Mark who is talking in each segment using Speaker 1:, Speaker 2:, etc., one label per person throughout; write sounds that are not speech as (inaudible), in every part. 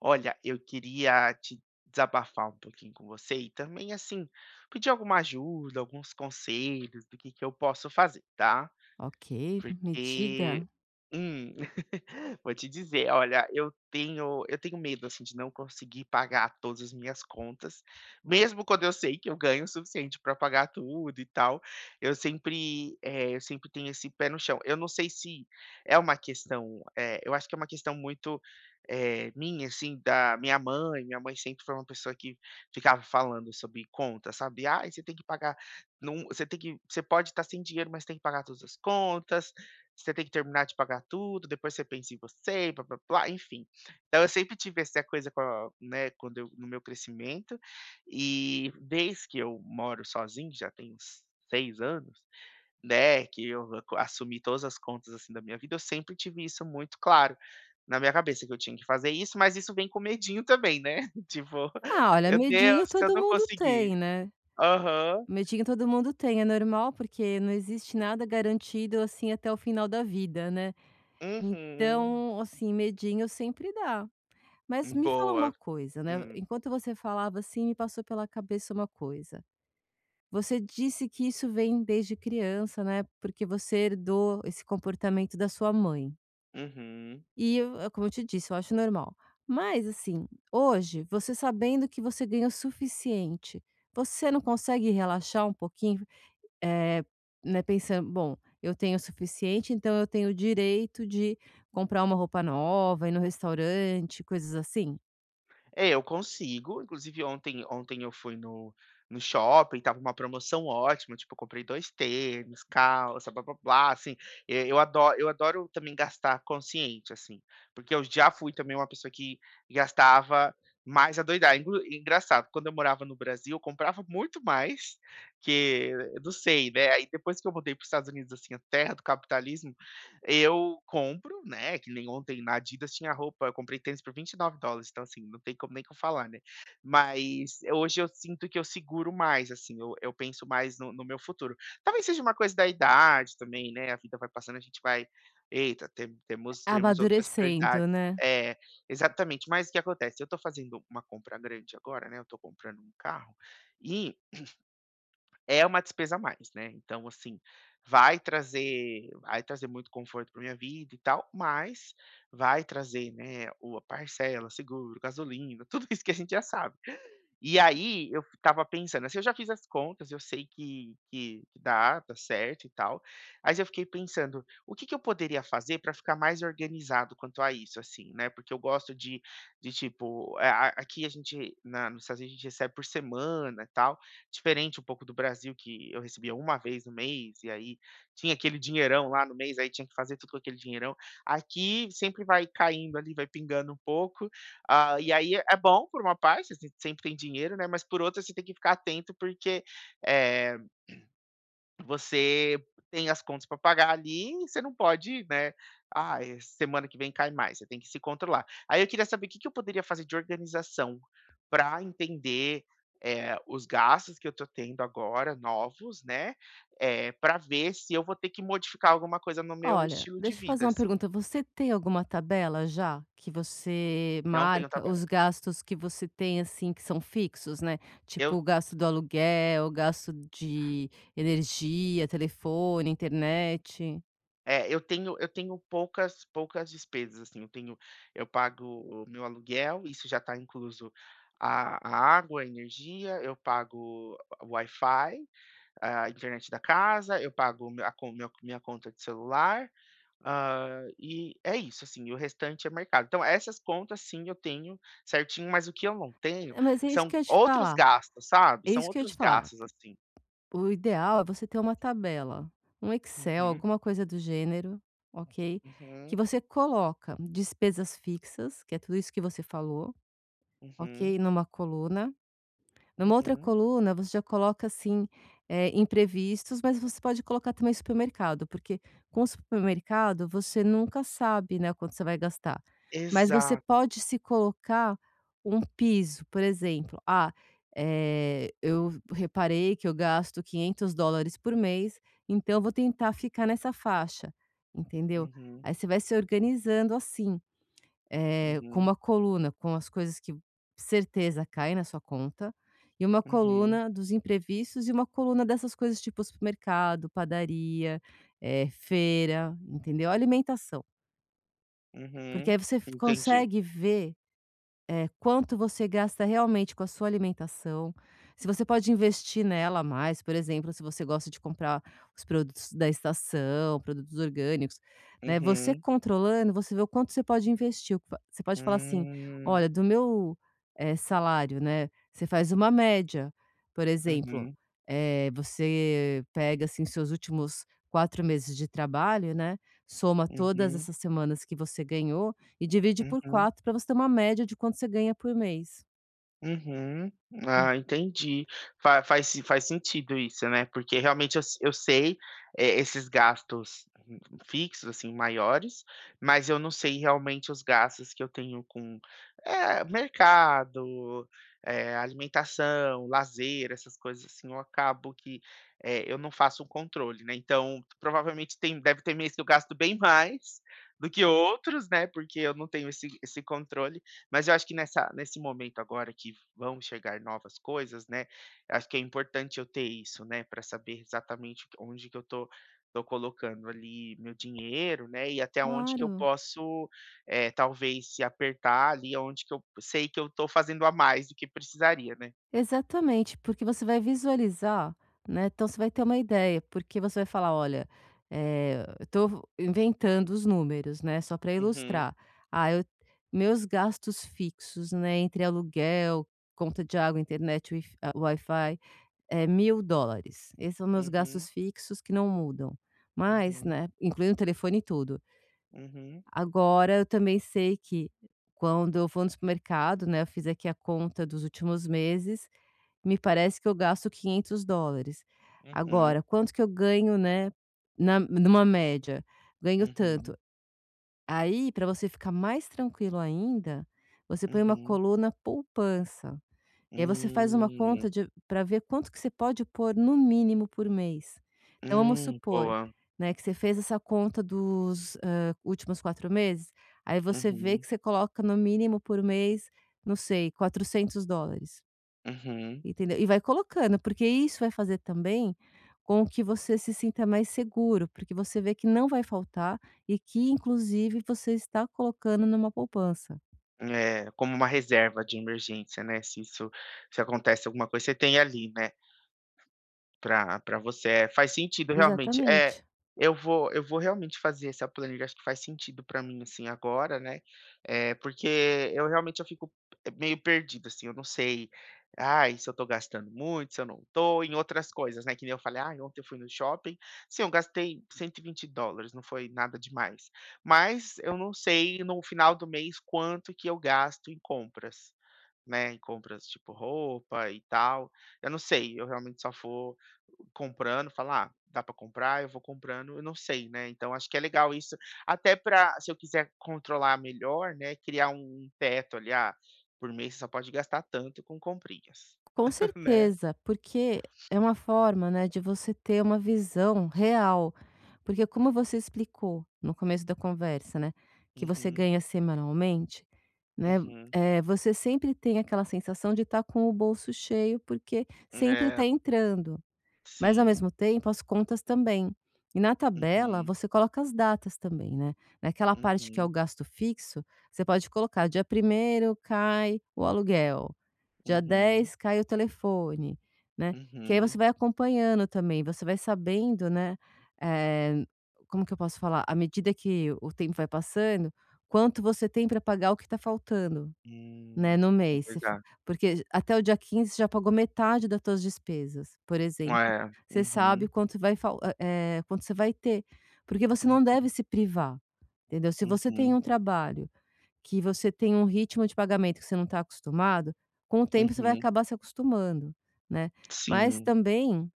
Speaker 1: Olha, eu queria te desabafar um pouquinho com você e também, assim, pedir alguma ajuda, alguns conselhos do que eu posso fazer, tá?
Speaker 2: Ok,
Speaker 1: Porque
Speaker 2: mediga?
Speaker 1: hum, (laughs) vou te dizer, olha, eu tenho medo, assim, de não conseguir pagar todas as minhas contas, mesmo quando eu sei que eu ganho o suficiente para pagar tudo e tal, eu sempre, eu sempre tenho esse pé no chão. Eu não sei se é uma questão, eu acho que é uma questão muito, minha, assim, da minha mãe sempre foi uma pessoa que ficava falando sobre contas, sabe: "Ah, você tem que pagar não, você tem que você pode estar sem dinheiro, mas tem que pagar todas as contas, você tem que terminar de pagar tudo, depois você pensa em você, blá-blá-blá, enfim". Então eu sempre tive essa coisa com a, né, quando eu no meu crescimento, e desde que eu moro sozinho, já tem uns 6 anos, né, que eu assumi todas as contas, assim, da minha vida, eu sempre tive isso muito claro na minha cabeça, que eu tinha que fazer isso, mas isso vem com medinho também, né, (laughs) tipo:
Speaker 2: Ah, olha,
Speaker 1: "Meu
Speaker 2: medinho
Speaker 1: Deus, se eu
Speaker 2: todo
Speaker 1: não
Speaker 2: mundo
Speaker 1: conseguir".
Speaker 2: tem, né.
Speaker 1: Aham.
Speaker 2: Medinho todo mundo tem, é normal, porque não existe nada garantido, assim, até o final da vida, né.
Speaker 1: Uhum.
Speaker 2: Então, assim, medinho sempre dá. Mas me fala
Speaker 1: Boa.
Speaker 2: uma coisa, né,
Speaker 1: Hum,
Speaker 2: enquanto você falava, assim, me passou pela cabeça uma coisa. Você disse que isso vem desde criança, né, porque você herdou esse comportamento da sua mãe.
Speaker 1: uhum.
Speaker 2: E eu como eu te disse, eu acho normal. Mas assim, hoje, você sabendo que você ganha o suficiente, você não consegue relaxar um pouquinho, eh, né, pensando: "Bom, eu tenho o suficiente, então eu tenho o direito de comprar uma roupa nova, ir no restaurante", coisas assim?
Speaker 1: É, eu consigo, inclusive ontem eu fui no no shopping, estava uma promoção ótima, tipo, eu comprei 2 tênis, calça, blá-blá-blá, assim, eh, eu adoro também gastar consciente, assim, porque eu já fui também uma pessoa que gastava mais a doidar, englu engraçado, quando eu morava no Brasil, eu comprava muito mais, que eu não sei, né, aí depois que eu mudei para os Estados Unidos, assim, a terra do capitalismo, eu compro, né, que nem ontem na Adidas tinha roupa, eu comprei tênis por $29, então assim, não tem como nem que eu falar, né. Mas hoje eu sinto que eu seguro mais, assim, eu penso mais no meu futuro. Talvez seja uma coisa da idade também, né, a vida vai passando, a gente vai: "Eita, temos outras
Speaker 2: Amadurecendo,
Speaker 1: prioridades".
Speaker 2: né?
Speaker 1: É, exatamente. Mas o que acontece, eu tô fazendo uma compra grande agora, né, eu tô comprando um carro, e é uma despesa a mais, né, então assim, vai trazer muito conforto para minha vida e tal, mas vai trazer, né, o a parcela, seguro, gasolina, (laughs) tudo isso que a gente já sabe. E aí eu estava pensando, assim, eu já fiz as contas, eu sei que dá, tá certo e tal, mas eu fiquei pensando: "O que que eu poderia fazer para ficar mais organizado quanto a isso?", assim, né, porque eu gosto de tipo, eh, a aqui a gente na nos Estados Unidos a gente recebe por semana e tal, diferente um pouco do Brasil, que eu recebia uma vez no mês, e aí tinha aquele dinheirão lá no mês, aí tinha que fazer tudo com aquele dinheirão. Aqui sempre vai caindo ali, vai pingando um pouco. Ah, e aí é bom por uma parte, assim, sempre tem dinheiro, né? Mas por outra, você tem que ficar atento, porque eh, você tem as contas para pagar ali e você não pode, né, "Ah, eh, semana que vem cai mais", você tem que se controlar. Aí eu queria saber o que que eu poderia fazer de organização para entender, os gastos que eu estou tendo agora, novos, né, para ver se eu vou ter que modificar alguma coisa no meu
Speaker 2: Olha,
Speaker 1: estilo de
Speaker 2: deixa eu fazer
Speaker 1: vida,
Speaker 2: uma
Speaker 1: assim.
Speaker 2: pergunta, você tem alguma tabela já que você
Speaker 1: Não tenho
Speaker 2: marca
Speaker 1: tabela.
Speaker 2: os gastos que você tem, assim, que são fixos, né,
Speaker 1: Eu
Speaker 2: tipo o gasto do aluguel, o gasto de energia, telefone, internet.
Speaker 1: É, eu tenho poucas despesas, assim, eu tenho eu pago o meu aluguel, isso já está incluso a água, a energia, eu pago o Wi-Fi, a internet da casa, eu pago o meu a con meu minha conta de celular, hã, e é isso, assim, o restante é mercado. Então essas contas sim, eu tenho certinho, mas o que eu não tenho
Speaker 2: É, mas é isso
Speaker 1: são
Speaker 2: que eu ia te
Speaker 1: outros
Speaker 2: falar,
Speaker 1: gastos, sabe,
Speaker 2: é
Speaker 1: são
Speaker 2: isso que eu ia te
Speaker 1: outros
Speaker 2: falar,
Speaker 1: gastos, assim.
Speaker 2: o ideal é você ter uma tabela, um Excel,
Speaker 1: Uhum,
Speaker 2: alguma coisa do gênero, ok, que
Speaker 1: uhum,
Speaker 2: você coloca despesas fixas, que é tudo isso que você falou,
Speaker 1: uhum,
Speaker 2: ok, numa coluna. Numa outra
Speaker 1: uhum.
Speaker 2: coluna, você já coloca assim, imprevistos, mas você pode colocar também supermercado, porque com o supermercado você nunca sabe, né, quanto você vai gastar. Mas você
Speaker 1: Exato.
Speaker 2: pode se colocar um piso, por exemplo: "Ah, eu reparei que eu gasto 500 dólares por mês, então eu vou tentar ficar nessa faixa", entendeu?
Speaker 1: Uhum.
Speaker 2: Aí você vai se organizando assim com
Speaker 1: Uhum,
Speaker 2: uma coluna com as coisas que certeza caem na sua conta, e uma
Speaker 1: uhum,
Speaker 2: coluna dos imprevistos e uma coluna dessas coisas tipo supermercado, padaria, feira, entendeu? Alimentação, porque
Speaker 1: uhum.
Speaker 2: aí você f
Speaker 1: Entendi.
Speaker 2: consegue ver quanto você gasta realmente com a sua alimentação, se você pode investir nela mais, por exemplo, se você gosta de comprar os produtos da estação, produtos orgânicos, né? Você
Speaker 1: Uhum.
Speaker 2: controlando, você vê o quanto você pode investir. Você pode falar assim:
Speaker 1: Hum.
Speaker 2: olha, do meu salário, né? Você faz uma média, por exemplo,
Speaker 1: Uhum,
Speaker 2: você pega assim seus últimos 4 meses de trabalho, né? Soma todas
Speaker 1: uhum,
Speaker 2: essas semanas que você ganhou e divide por
Speaker 1: uhum.
Speaker 2: 4 para você ter uma média de quanto você ganha por mês.
Speaker 1: Uhum. Ah, entendi. Fa faz se faz sentido isso, né, porque realmente eu se eu sei, esses gastos fixos, assim, maiores, mas eu não sei realmente os gastos que eu tenho com, mercado, alimentação, lazer, essas coisas assim, eu acabo que, eu não faço um controle, né, então provavelmente tem deve ter mês que eu gasto bem mais do que outros, né, porque eu não tenho esse controle. Mas eu acho que nessa nesse momento agora que vão chegar novas coisas, né, acho que é importante eu ter isso, né, para saber exatamente onde que eu tô colocando ali meu dinheiro, né, e até onde que eu
Speaker 2: Claro.
Speaker 1: posso, eh, talvez se apertar ali, aonde que eu sei que eu tô fazendo a mais do que precisaria, né.
Speaker 2: Exatamente, porque você vai visualizar, né, então você vai ter uma ideia, porque você vai falar: "Olha, eu estou inventando os números, né, só para
Speaker 1: Uhum,
Speaker 2: ilustrar. Ah, eu meus gastos fixos, né, entre aluguel, conta de água, internet, Wi-Fi, é $1.000. Esses são meus
Speaker 1: uhum,
Speaker 2: gastos fixos que não mudam, mas,
Speaker 1: uhum,
Speaker 2: né, incluindo telefone e tudo.
Speaker 1: uhum,
Speaker 2: Agora eu também sei que quando eu vou no supermercado, né, eu fiz aqui a conta dos últimos meses, me parece que eu gasto $500.
Speaker 1: uhum,
Speaker 2: Agora, quanto que eu ganho, né, na numa média? Ganho
Speaker 1: uhum, uhum,
Speaker 2: tanto. Aí, para você ficar mais tranquilo ainda, você põe uma
Speaker 1: uhum,
Speaker 2: coluna poupança. E aí você faz uma
Speaker 1: hum,
Speaker 2: conta de pra ver quanto que você pode pôr no mínimo por mês. Então vamos supor,
Speaker 1: boa.
Speaker 2: né, que você fez essa conta dos, últimos 4 meses, aí você vê
Speaker 1: Uhum,
Speaker 2: que você coloca no mínimo por mês, não sei, $400,
Speaker 1: uhum.
Speaker 2: entendeu. E vai colocando, porque isso vai fazer também com que você se sinta mais seguro, porque você vê que não vai faltar e que inclusive você está colocando numa poupança.
Speaker 1: É, como uma reserva de emergência, né, se isso se acontece alguma coisa, você tem ali, né. Pra você, é, faz sentido realmente. É,
Speaker 2: Exatamente.
Speaker 1: eu vou realmente fazer essa planilha, acho que faz sentido pra mim, assim, agora, né, eh, porque eu realmente eu fico eh, meio perdido, assim, eu não sei, ai, se eu tô gastando muito, se eu não tô, em outras coisas, né, que nem eu falei: "Ai, ontem eu fui no shopping, sim, eu gastei $120, não foi nada demais", mas eu não sei no final do mês quanto que eu gasto em compras, né, em compras tipo roupa e tal, eu não sei, eu realmente só vou comprando, falar: "Ah, dá para comprar", eu vou comprando, eu não sei, né, então acho que é legal isso, até para se eu quiser controlar melhor, né, criar um um teto ali: "Ah, por mês você só pode gastar tanto com comprinhas",
Speaker 2: Com
Speaker 1: (laughs) né.
Speaker 2: certeza, porque é uma forma, né, de você ter uma visão real. Porque como você explicou no começo da conversa, né, que você
Speaker 1: Uhum,
Speaker 2: ganha semanalmente, né,
Speaker 1: uhum.
Speaker 2: você sempre tem aquela sensação de estar com o bolso cheio, porque sempre
Speaker 1: É,
Speaker 2: está entrando. Mas ao
Speaker 1: sim.
Speaker 2: mesmo tempo as contas também. E na tabela
Speaker 1: Uhum,
Speaker 2: você coloca as datas também, né. Naquela parte que é o
Speaker 1: uhum,
Speaker 2: gasto fixo, você pode colocar dia primeiro cai o aluguel, dia
Speaker 1: uhum,
Speaker 2: 10 cai o telefone, né. Que aí você
Speaker 1: uhum.
Speaker 2: vai acompanhando também, você vai sabendo, né, eh, como que eu posso falar? À medida que o tempo vai passando, quanto você tem para pagar o que está faltando. Né,
Speaker 1: Hum,
Speaker 2: no
Speaker 1: é
Speaker 2: mês, você fa
Speaker 1: verdade.
Speaker 2: porque até o dia 15 você já pagou metade das suas despesas, por exemplo.
Speaker 1: É.
Speaker 2: Você sabe
Speaker 1: Uhum,
Speaker 2: quanto vai fal eh eh, quanto você vai ter, porque você não
Speaker 1: uhum,
Speaker 2: deve se privar, entendeu. Se você tem
Speaker 1: uhum,
Speaker 2: um trabalho que você tem um ritmo de pagamento que você não está acostumado, com o tempo você vai
Speaker 1: uhum.
Speaker 2: acabar se acostumando, né. Mas
Speaker 1: Sim.
Speaker 2: também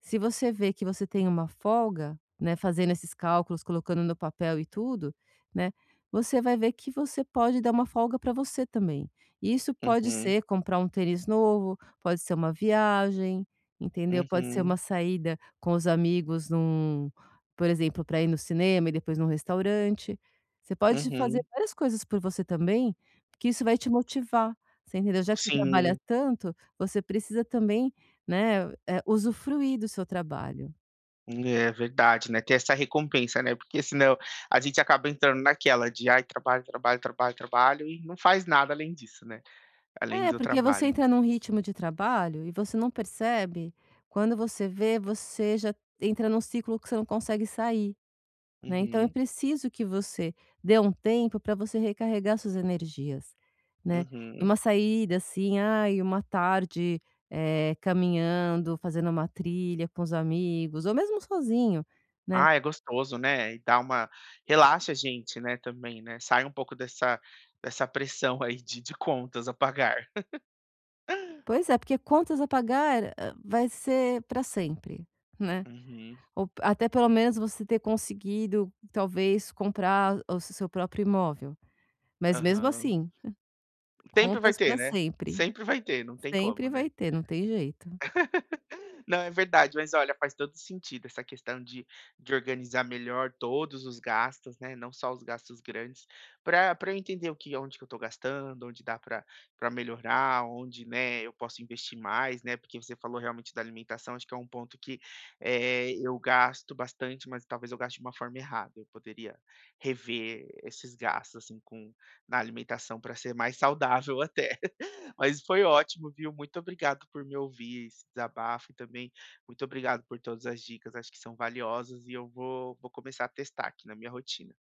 Speaker 2: se você vê que você tem uma folga, né, fazendo esses cálculos, colocando no papel e tudo, né, você vai ver que você pode dar uma folga para você também. E isso pode
Speaker 1: Uhum,
Speaker 2: ser comprar um tênis novo, pode ser uma viagem, entendeu? Pode ser
Speaker 1: uhum,
Speaker 2: uma saída com os amigos num por exemplo, para ir no cinema e depois num restaurante. Você pode fazer
Speaker 1: uhum.
Speaker 2: várias coisas por você também, porque isso vai te motivar, você entendeu? Já que você trabalha
Speaker 1: Sim.
Speaker 2: tanto, você precisa também, né, usufruir do seu trabalho.
Speaker 1: É verdade, né, ter essa recompensa, né, porque senão a gente acaba entrando naquela de: "Ai, trabalho, trabalho, trabalho, trabalho", e não faz nada além disso, né, além
Speaker 2: É,
Speaker 1: do
Speaker 2: porque você
Speaker 1: trabalho.
Speaker 2: entra num ritmo de trabalho e você não percebe, quando você vê, você já entra num ciclo que você não consegue sair, né. Então é
Speaker 1: Uhum,
Speaker 2: preciso que você dê um tempo para você recarregar suas energias, né. E
Speaker 1: uhum.
Speaker 2: uma saída, assim, ai, uma tarde, caminhando, fazendo uma trilha com os amigos ou mesmo sozinho, né.
Speaker 1: Ah, é gostoso, né, e dá uma relaxa a gente, né, também, né, sai um pouco dessa dessa pressão aí de contas a pagar. (laughs)
Speaker 2: Pois é, porque contas a pagar, vai ser para sempre, né.
Speaker 1: Uhum,
Speaker 2: Ou até pelo menos você ter conseguido, talvez, comprar o seu próprio imóvel. Mas mesmo
Speaker 1: aham.
Speaker 2: assim,
Speaker 1: Sempre vai
Speaker 2: contas
Speaker 1: ter,
Speaker 2: para
Speaker 1: né,
Speaker 2: sempre.
Speaker 1: sempre vai ter, não tem como,
Speaker 2: Sempre
Speaker 1: né.
Speaker 2: vai ter, não tem jeito.
Speaker 1: Não, é verdade, mas olha, faz todo sentido essa questão de organizar melhor todos os gastos, né, não só os gastos grandes, para eu entender o que onde que eu estou gastando, onde dá para melhorar, onde, né, eu posso investir mais, né, porque você falou realmente da alimentação, acho que é um ponto que, eh, eu gasto bastante, mas talvez eu gaste de uma forma errada, eu poderia rever esses gastos, assim, com na alimentação para ser mais saudável (laughs) até. Mas foi ótimo, viu? Muito obrigado por me ouvir, esse desabafo e também muito obrigado por todas as dicas. Acho que são valiosas e eu vou, vou começar a testar aqui na minha rotina.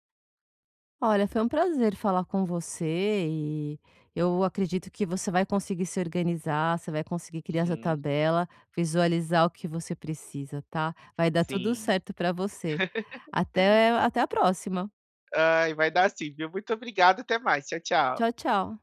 Speaker 2: Olha, foi um prazer falar com você e eu acredito que você vai conseguir se organizar, você vai conseguir criar sua
Speaker 1: Uhum,
Speaker 2: tabela, visualizar o que você precisa, tá? Vai dar tudo
Speaker 1: sim.
Speaker 2: certo para você.
Speaker 1: (laughs)
Speaker 2: Até, até a próxima.
Speaker 1: Ai, vai dar sim, viu? Muito obrigado, até mais. Tchau, tchau.
Speaker 2: Tchau, tchau.